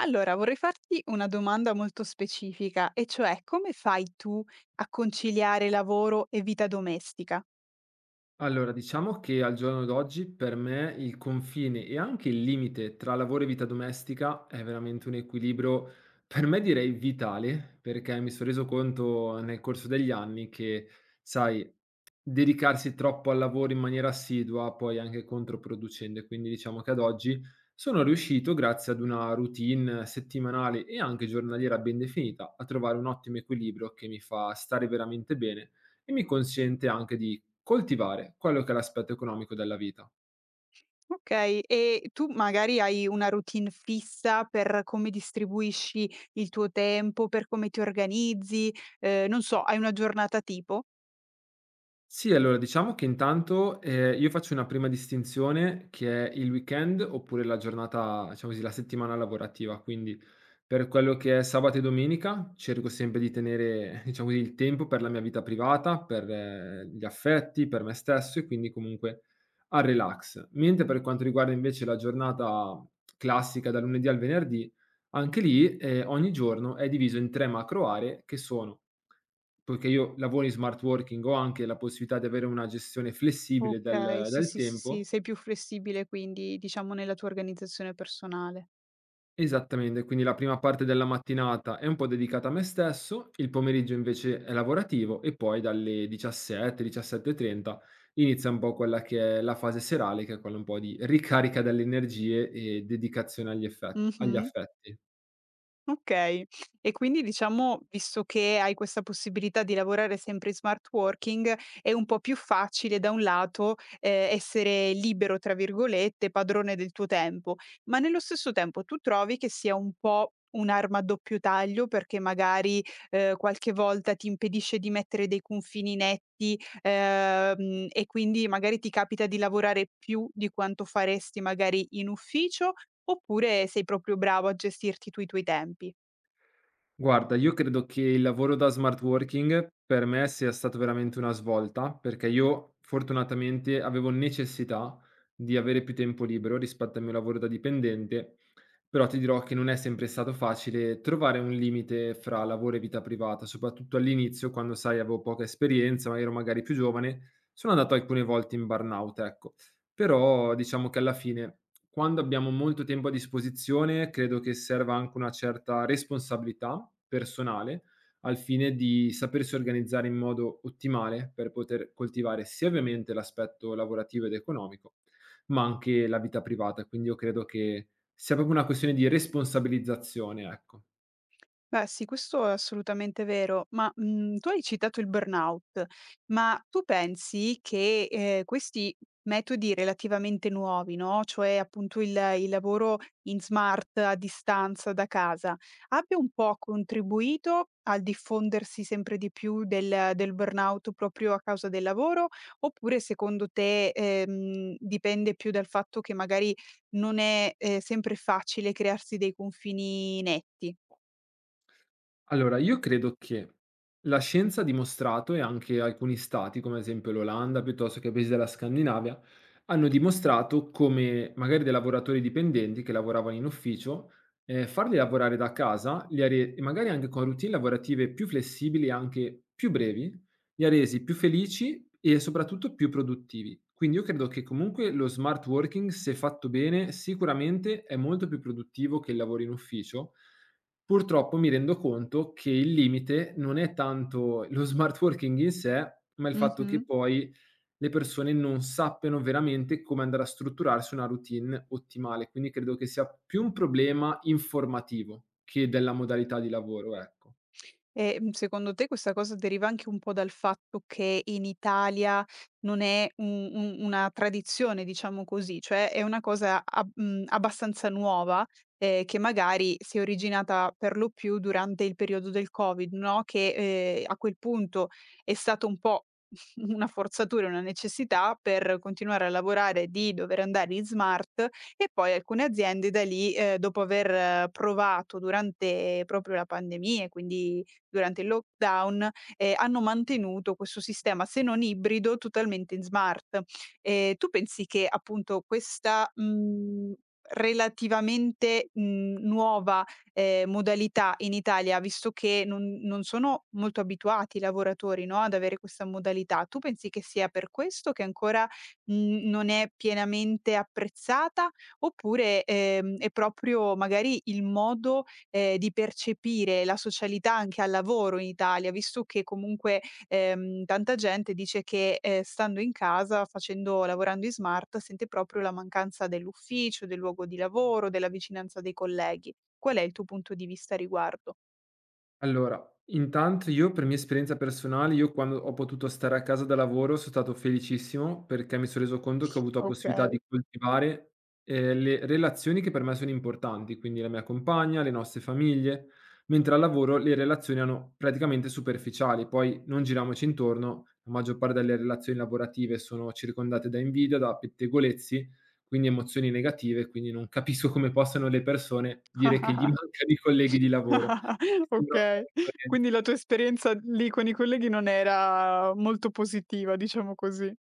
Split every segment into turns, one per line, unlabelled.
Allora, vorrei farti una domanda molto specifica, e cioè come fai tu a conciliare lavoro e vita domestica?
Allora, diciamo che al giorno d'oggi per me il confine e anche il limite tra lavoro e vita domestica è veramente un equilibrio, per me direi vitale, perché mi sono reso conto nel corso degli anni che, sai, dedicarsi troppo al lavoro in maniera assidua poi è anche controproducente, quindi diciamo che ad oggi sono riuscito, grazie ad una routine settimanale e anche giornaliera ben definita, a trovare un ottimo equilibrio che mi fa stare veramente bene e mi consente anche di coltivare quello che è l'aspetto economico della vita.
Okay, e tu magari hai una routine fissa per come distribuisci il tuo tempo, per come ti organizzi, non so, hai una giornata tipo?
Sì, allora diciamo che intanto, io faccio una prima distinzione che è il weekend oppure la giornata diciamo così, la settimana lavorativa. Quindi per quello che è sabato e domenica cerco sempre di tenere, diciamo così, il tempo per la mia vita privata, per gli affetti, per me stesso e quindi comunque al relax. Mentre per quanto riguarda invece la giornata classica da lunedì al venerdì, anche lì, ogni giorno è diviso in 3 macro aree che sono poiché io lavoro in smart working, ho anche la possibilità di avere una gestione flessibile
Okay,
del
sì,
del
sì, sì, sì,
tempo
sei più flessibile quindi, diciamo, nella tua organizzazione personale.
esattamente, quindi la prima parte della mattinata è un po' dedicata a me stesso, il pomeriggio invece è lavorativo e poi dalle 17, 17:30 inizia un po' quella che è la fase serale, che è quella un po' di ricarica delle energie e dedicazione agli
Mh-mh.
affetti.
Okay. E quindi diciamo, visto che hai questa possibilità di lavorare sempre in smart working, è un po' più facile da un lato, essere "libero" tra virgolette, padrone del tuo tempo, ma nello stesso tempo tu trovi che sia un po' un'arma a doppio taglio perché magari, qualche volta ti impedisce di mettere dei confini netti, e quindi magari ti capita di lavorare più di quanto faresti magari in ufficio, oppure sei proprio bravo a gestirti tu i tuoi tempi?
Guarda, io credo che il lavoro da smart working per me sia stato veramente una svolta, perché io fortunatamente avevo necessità di avere più tempo libero rispetto al mio lavoro da dipendente, però ti dirò che non è sempre stato facile trovare un limite fra lavoro e vita privata, soprattutto all'inizio, quando sai, avevo poca esperienza, ma ero magari più giovane, sono andato alcune volte in burnout, ecco. Però diciamo che alla fine quando abbiamo molto tempo a disposizione, credo che serva anche una certa responsabilità personale al fine di sapersi organizzare in modo ottimale per poter coltivare sia ovviamente l'aspetto lavorativo ed economico, ma anche la vita privata. Quindi io credo che sia proprio una questione di responsabilizzazione, ecco.
Beh sì, questo è assolutamente vero, ma, tu hai citato il burnout, ma tu pensi che, questi metodi relativamente nuovi, no, cioè appunto il lavoro in smart, a distanza, da casa, abbia un po' contribuito al diffondersi sempre di più del burnout proprio a causa del lavoro, oppure secondo te, dipende più dal fatto che magari non è, sempre facile crearsi dei confini netti?
Allora, io credo che la scienza ha dimostrato e anche alcuni stati, come ad esempio l'Olanda, piuttosto che paesi della Scandinavia, hanno dimostrato come magari dei lavoratori dipendenti che lavoravano in ufficio, farli lavorare da casa li ha re e magari anche con routine lavorative più flessibili e anche più brevi, li ha resi più felici e soprattutto più produttivi. Quindi io credo che comunque lo smart working, se fatto bene, sicuramente è molto più produttivo che il lavoro in ufficio. Purtroppo mi rendo conto che il limite non è tanto lo smart working in sé, ma il fatto
Mh-mh.
che poi le persone non sappiano veramente come andare a strutturarsi una routine ottimale. Quindi credo che sia più un problema informativo che della modalità di lavoro, ecco.
E, secondo te questa cosa deriva anche un po' dal fatto che in Italia non è un una tradizione, diciamo così, cioè è una cosa abbastanza nuova, che magari si è originata per lo più durante il periodo del Covid, no, che, a quel punto è stato un po' una forzatura, una necessità per continuare a lavorare, di dover andare in smart e poi alcune aziende da lì, dopo aver provato durante proprio la pandemia, e quindi durante il lockdown, hanno mantenuto questo sistema, se non ibrido, totalmente in smart. Tu pensi che appunto questa, relativamente, nuova, modalità in Italia, visto che non sono molto abituati i lavoratori, no, ad avere questa modalità, tu pensi che sia per questo che ancora, non è pienamente apprezzata, oppure, è proprio magari il modo di percepire la socialità anche al lavoro in Italia, visto che comunque, tanta gente dice che, stando in casa, facendo lavorando in smart, sente proprio la mancanza dell'ufficio, del luogo di lavoro, della vicinanza dei colleghi. Qual è il tuo punto di vista a riguardo?
Allora, intanto io per mia esperienza personale, io quando ho potuto stare a casa da lavoro sono stato felicissimo perché mi sono reso conto che ho avuto la possibilità
Okay.
di coltivare, le relazioni che per me sono importanti, quindi la mia compagna, le nostre famiglie, mentre al lavoro le relazioni erano praticamente superficiali. Poi non giriamoci intorno, la maggior parte delle relazioni lavorative sono circondate da invidia, da pettegolezzi, quindi emozioni negative, quindi non capisco come possano le persone dire che gli mancano i colleghi di lavoro. Mi sembra un
Okay.
po'
Quindi
incoerenza.
la tua esperienza lì con i colleghi non era molto positiva, diciamo così.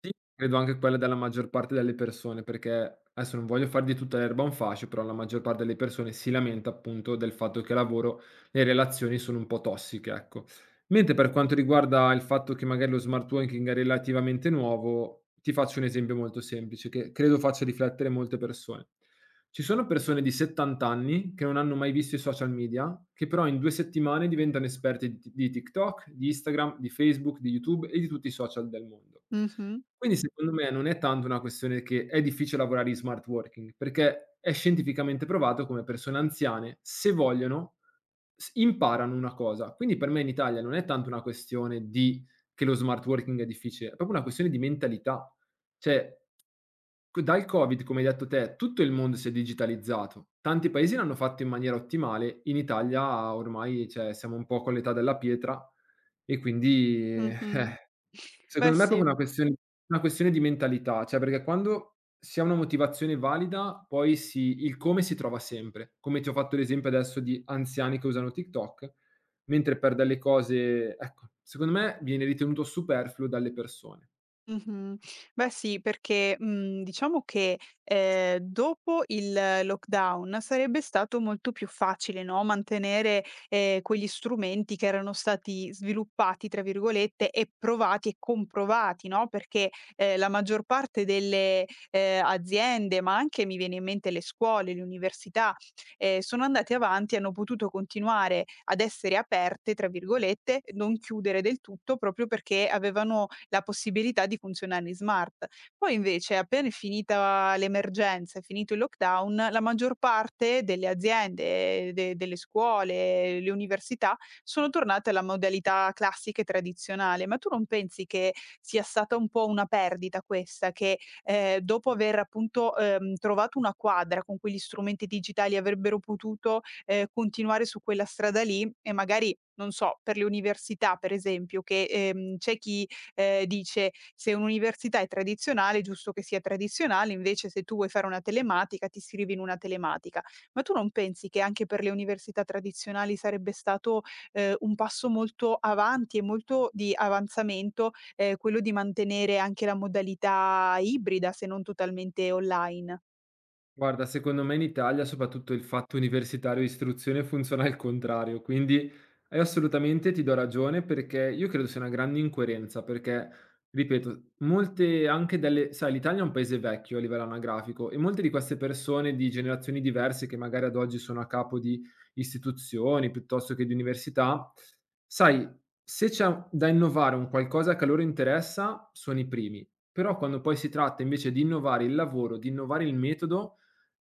Sì, credo anche quella della maggior parte delle persone, perché adesso non voglio far di tutta l'erba un fascio, però la maggior parte delle persone si lamenta appunto del fatto che al lavoro le relazioni sono un po' tossiche, ecco. Mentre per quanto riguarda il fatto che magari lo smart working è relativamente nuovo, ti faccio un esempio molto semplice che credo faccia riflettere molte persone. Ci sono persone di 70 anni che non hanno mai visto i social media, che però in 2 settimane diventano esperti di TikTok, di Instagram, di Facebook, di YouTube e di tutti i social del mondo.
Mh-mh,
Quindi secondo me non è tanto una questione che è difficile lavorare in smart working, perché è scientificamente provato come persone anziane, se vogliono, s imparano una cosa. Quindi per me in Italia non è tanto una questione di che lo smart working è difficile, è proprio una questione di mentalità. Cioè, co dal Covid, come hai detto te, tutto il mondo si è digitalizzato. Tanti paesi l'hanno fatto in maniera ottimale, in Italia ormai, cioè, siamo un po' con l'età della pietra e quindi
mh-mh. Beh
secondo me è
sì.
proprio una questione di mentalità, cioè perché quando si ha una motivazione valida, poi si il come si trova sempre. Come ti ho fatto l'esempio adesso di anziani che usano TikTok, mentre per delle cose ecco, secondo me viene ritenuto superfluo dalle persone.
Mh-mh. Beh sì, perché, diciamo che, dopo il lockdown sarebbe stato molto più facile, no, mantenere, quegli strumenti che erano stati "sviluppati" tra virgolette e provati e comprovati, no, perché, la maggior parte delle, aziende, ma anche mi viene in mente le scuole, le università, sono andate avanti, hanno potuto continuare ad essere "aperte" tra virgolette, e non chiudere del tutto proprio perché avevano la possibilità di funzionare in smart. Poi invece appena è finita l'emergenza, è finito il lockdown, la maggior parte delle aziende, de delle scuole, le università, sono tornate alla modalità classica e tradizionale. Ma tu non pensi che sia stata un po' una perdita questa, che, dopo aver appunto, trovato una quadra con cui gli strumenti digitali avrebbero potuto continuare su quella strada lì e magari, non so, per le università per esempio che, c'è chi, dice: "Se un'università è tradizionale è giusto che sia tradizionale, invece se tu vuoi fare una telematica ti iscrivi in una telematica". Ma tu non pensi che anche per le università tradizionali sarebbe stato, un passo molto avanti e molto di avanzamento, quello di mantenere anche la modalità ibrida, se non totalmente online?
Guarda, secondo me in Italia, soprattutto il fatto universitario e istruzione funziona al contrario, quindi assolutamente ti do ragione perché io credo sia una grande incoerenza, perché, ripeto, molte anche delle, sai, l'Italia è un paese vecchio a livello anagrafico e molte di queste persone di generazioni diverse che magari ad oggi sono a capo di istituzioni piuttosto che di università, sai, se c'è da innovare un qualcosa che a loro interessa, sono i primi. Però quando poi si tratta invece di innovare il lavoro, di innovare il metodo,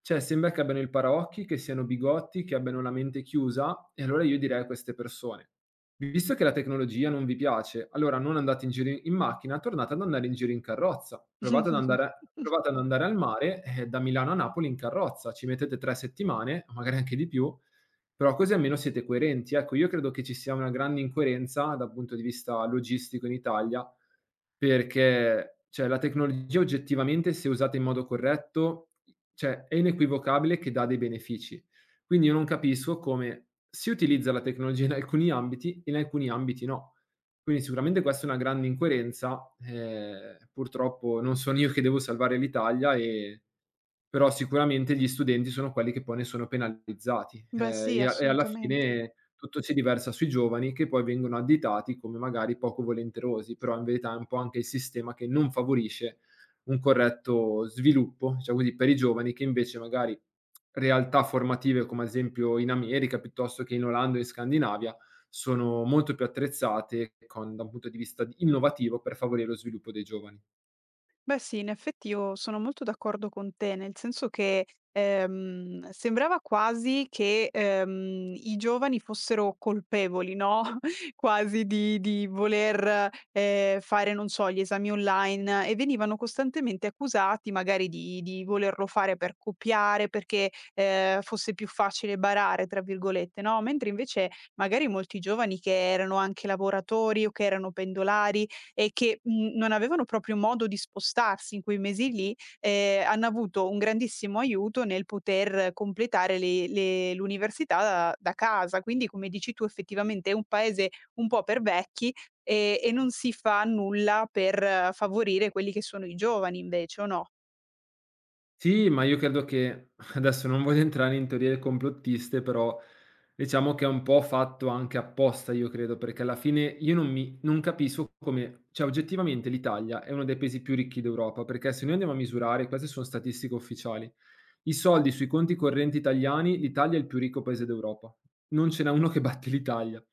cioè, sembra che abbiano il paraocchi, che siano bigotti, che abbiano la mente chiusa e allora io direi a queste persone: visto che la tecnologia non vi piace, allora non andate in giro in macchina, tornate ad andare in giro in carrozza. Provate ad andare al mare, da Milano a Napoli in carrozza, ci mettete 3 settimane, magari anche di più, però così almeno siete coerenti. Ecco, io credo che ci sia una grande incoerenza dal punto di vista logistico in Italia perché, cioè, la tecnologia oggettivamente, se usata in modo corretto, cioè, è inequivocabile che dà dei benefici. Quindi io non capisco come si utilizza la tecnologia in alcuni ambiti e in alcuni ambiti no. Quindi sicuramente questa è una grande incoerenza, purtroppo non sono io che devo salvare l'Italia, però sicuramente gli studenti sono quelli che poi ne sono penalizzati,
Beh sì,
e alla
assolutamente.
fine tutto si riversa sui giovani che poi vengono additati come magari poco volenterosi, però in verità è un po' anche il sistema che non favorisce un corretto sviluppo, diciamo così, per i giovani che invece magari realtà formative come ad esempio in America piuttosto che in Olanda o in Scandinavia sono molto più attrezzate con da un punto di vista d innovativo per favorire lo sviluppo dei giovani.
Beh sì, in effetti io sono molto d'accordo con te, nel senso che, sembrava quasi che, i giovani fossero colpevoli, no, quasi di voler, fare, non so, gli esami online e venivano costantemente accusati magari di volerlo fare per copiare, perché, fosse più facile "barare" tra virgolette, no, mentre invece magari molti giovani che erano anche lavoratori o che erano pendolari e che, non avevano proprio modo di spostarsi in quei mesi lì, hanno avuto un grandissimo aiuto nel poter completare le l'università da casa. Quindi, come dici tu, effettivamente è un paese un po' per vecchi, e non si fa nulla per favorire quelli che sono i giovani invece, o no?
Sì, ma io credo che adesso non voglio entrare in teorie complottiste, però diciamo che è un po' fatto anche apposta, io credo, perché alla fine io non capisco come cioè oggettivamente l'Italia è uno dei paesi più ricchi d'Europa, perché se noi andiamo a misurare queste sono statistiche ufficiali, i soldi sui conti correnti italiani, l'Italia è il più ricco paese d'Europa. Non ce n'è uno che batte l'Italia.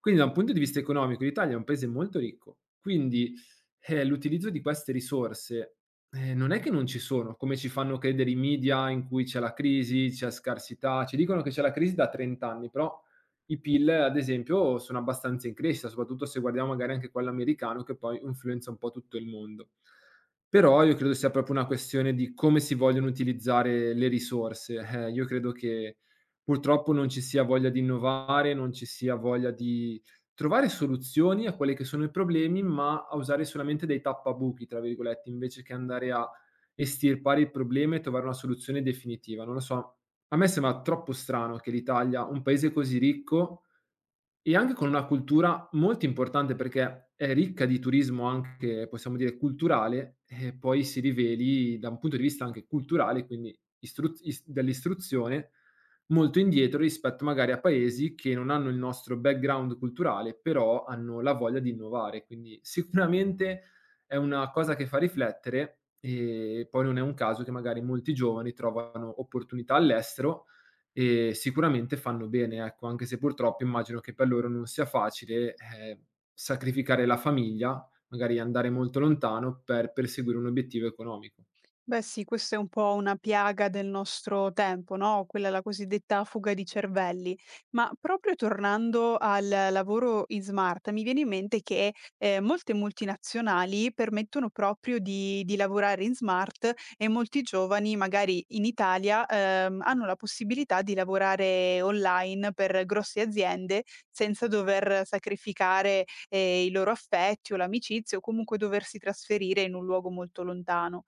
Quindi da un punto di vista economico l'Italia è un paese molto ricco. Quindi, l'utilizzo di queste risorse, non è che non ci sono, come ci fanno credere i media in cui c'è la crisi, c'è scarsità. Ci dicono che c'è la crisi da 30 anni, però i PIL ad esempio sono abbastanza in crescita, soprattutto se guardiamo magari anche quello americano che poi influenza un po' tutto il mondo. Però io credo sia proprio una questione di come si vogliono utilizzare le risorse. Io credo che purtroppo non ci sia voglia di innovare, non ci sia voglia di trovare soluzioni a quelli che sono i problemi, ma a usare solamente dei "tappabuchi", tra virgolette, invece che andare a estirpare il problema e trovare una soluzione definitiva. Non lo so, a me sembra troppo strano che l'Italia, un paese così ricco, e anche con una cultura molto importante, perché è ricca di turismo anche, possiamo dire, culturale, e poi si riveli da un punto di vista anche culturale, quindi istruz is dell'istruzione, molto indietro rispetto magari a paesi che non hanno il nostro background culturale, però hanno la voglia di innovare. Quindi sicuramente è una cosa che fa riflettere e poi non è un caso che magari molti giovani trovano opportunità all'estero e sicuramente fanno bene, ecco, anche se purtroppo immagino che per loro non sia facile, sacrificare la famiglia, magari andare molto lontano per perseguire un obiettivo economico.
Beh sì, questa è un po' una piaga del nostro tempo, no? Quella è la cosiddetta fuga di cervelli. Ma proprio tornando al lavoro in smart, mi viene in mente che molte multinazionali permettono proprio di lavorare in smart e molti giovani, magari in Italia, hanno la possibilità di lavorare online per grosse aziende senza dover sacrificare i loro affetti o l'amicizia o comunque doversi trasferire in un luogo molto lontano.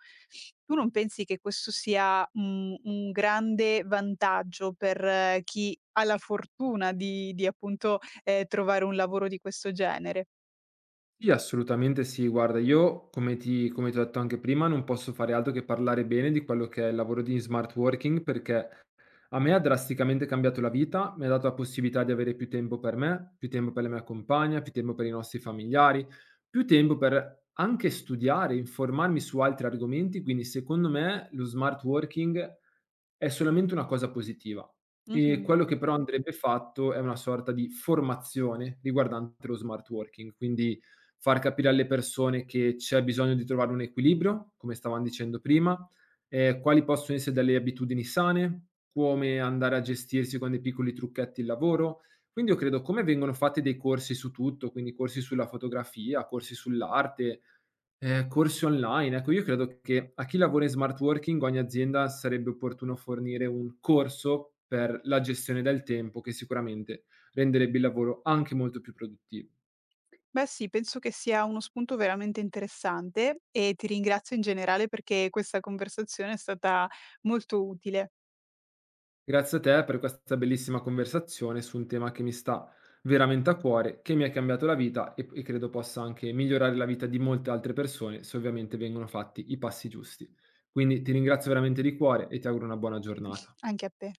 Tu non pensi che questo sia un grande vantaggio per chi ha la fortuna di appunto, trovare un lavoro di questo genere?
Sì, assolutamente sì. Guarda, io come ti ho detto anche prima, non posso fare altro che parlare bene di quello che è il lavoro di smart working, perché a me ha drasticamente cambiato la vita, mi ha dato la possibilità di avere più tempo per me, più tempo per la mia compagna, più tempo per i nostri familiari, più tempo per anche studiare, informarmi su altri argomenti, quindi secondo me lo smart working è solamente una cosa positiva. E
Mh-mh.
quello che però andrebbe fatto è una sorta di formazione riguardante lo smart working, quindi far capire alle persone che c'è bisogno di trovare un equilibrio, come stavamo dicendo prima, quali possono essere delle abitudini sane, come andare a gestirsi con dei piccoli trucchetti il lavoro. Quindi io credo come vengono fatti dei corsi su tutto, quindi corsi sulla fotografia, corsi sull'arte, corsi online. Ecco, io credo che a chi lavora in smart working, ogni azienda sarebbe opportuno fornire un corso per la gestione del tempo che sicuramente renderebbe il lavoro anche molto più produttivo.
Beh sì, penso che sia uno spunto veramente interessante e ti ringrazio in generale perché questa conversazione è stata molto utile.
Grazie a te per questa bellissima conversazione su un tema che mi sta veramente a cuore, che mi ha cambiato la vita e credo possa anche migliorare la vita di molte altre persone se ovviamente vengono fatti i passi giusti. Quindi ti ringrazio veramente di cuore e ti auguro una buona giornata.
Anche a te.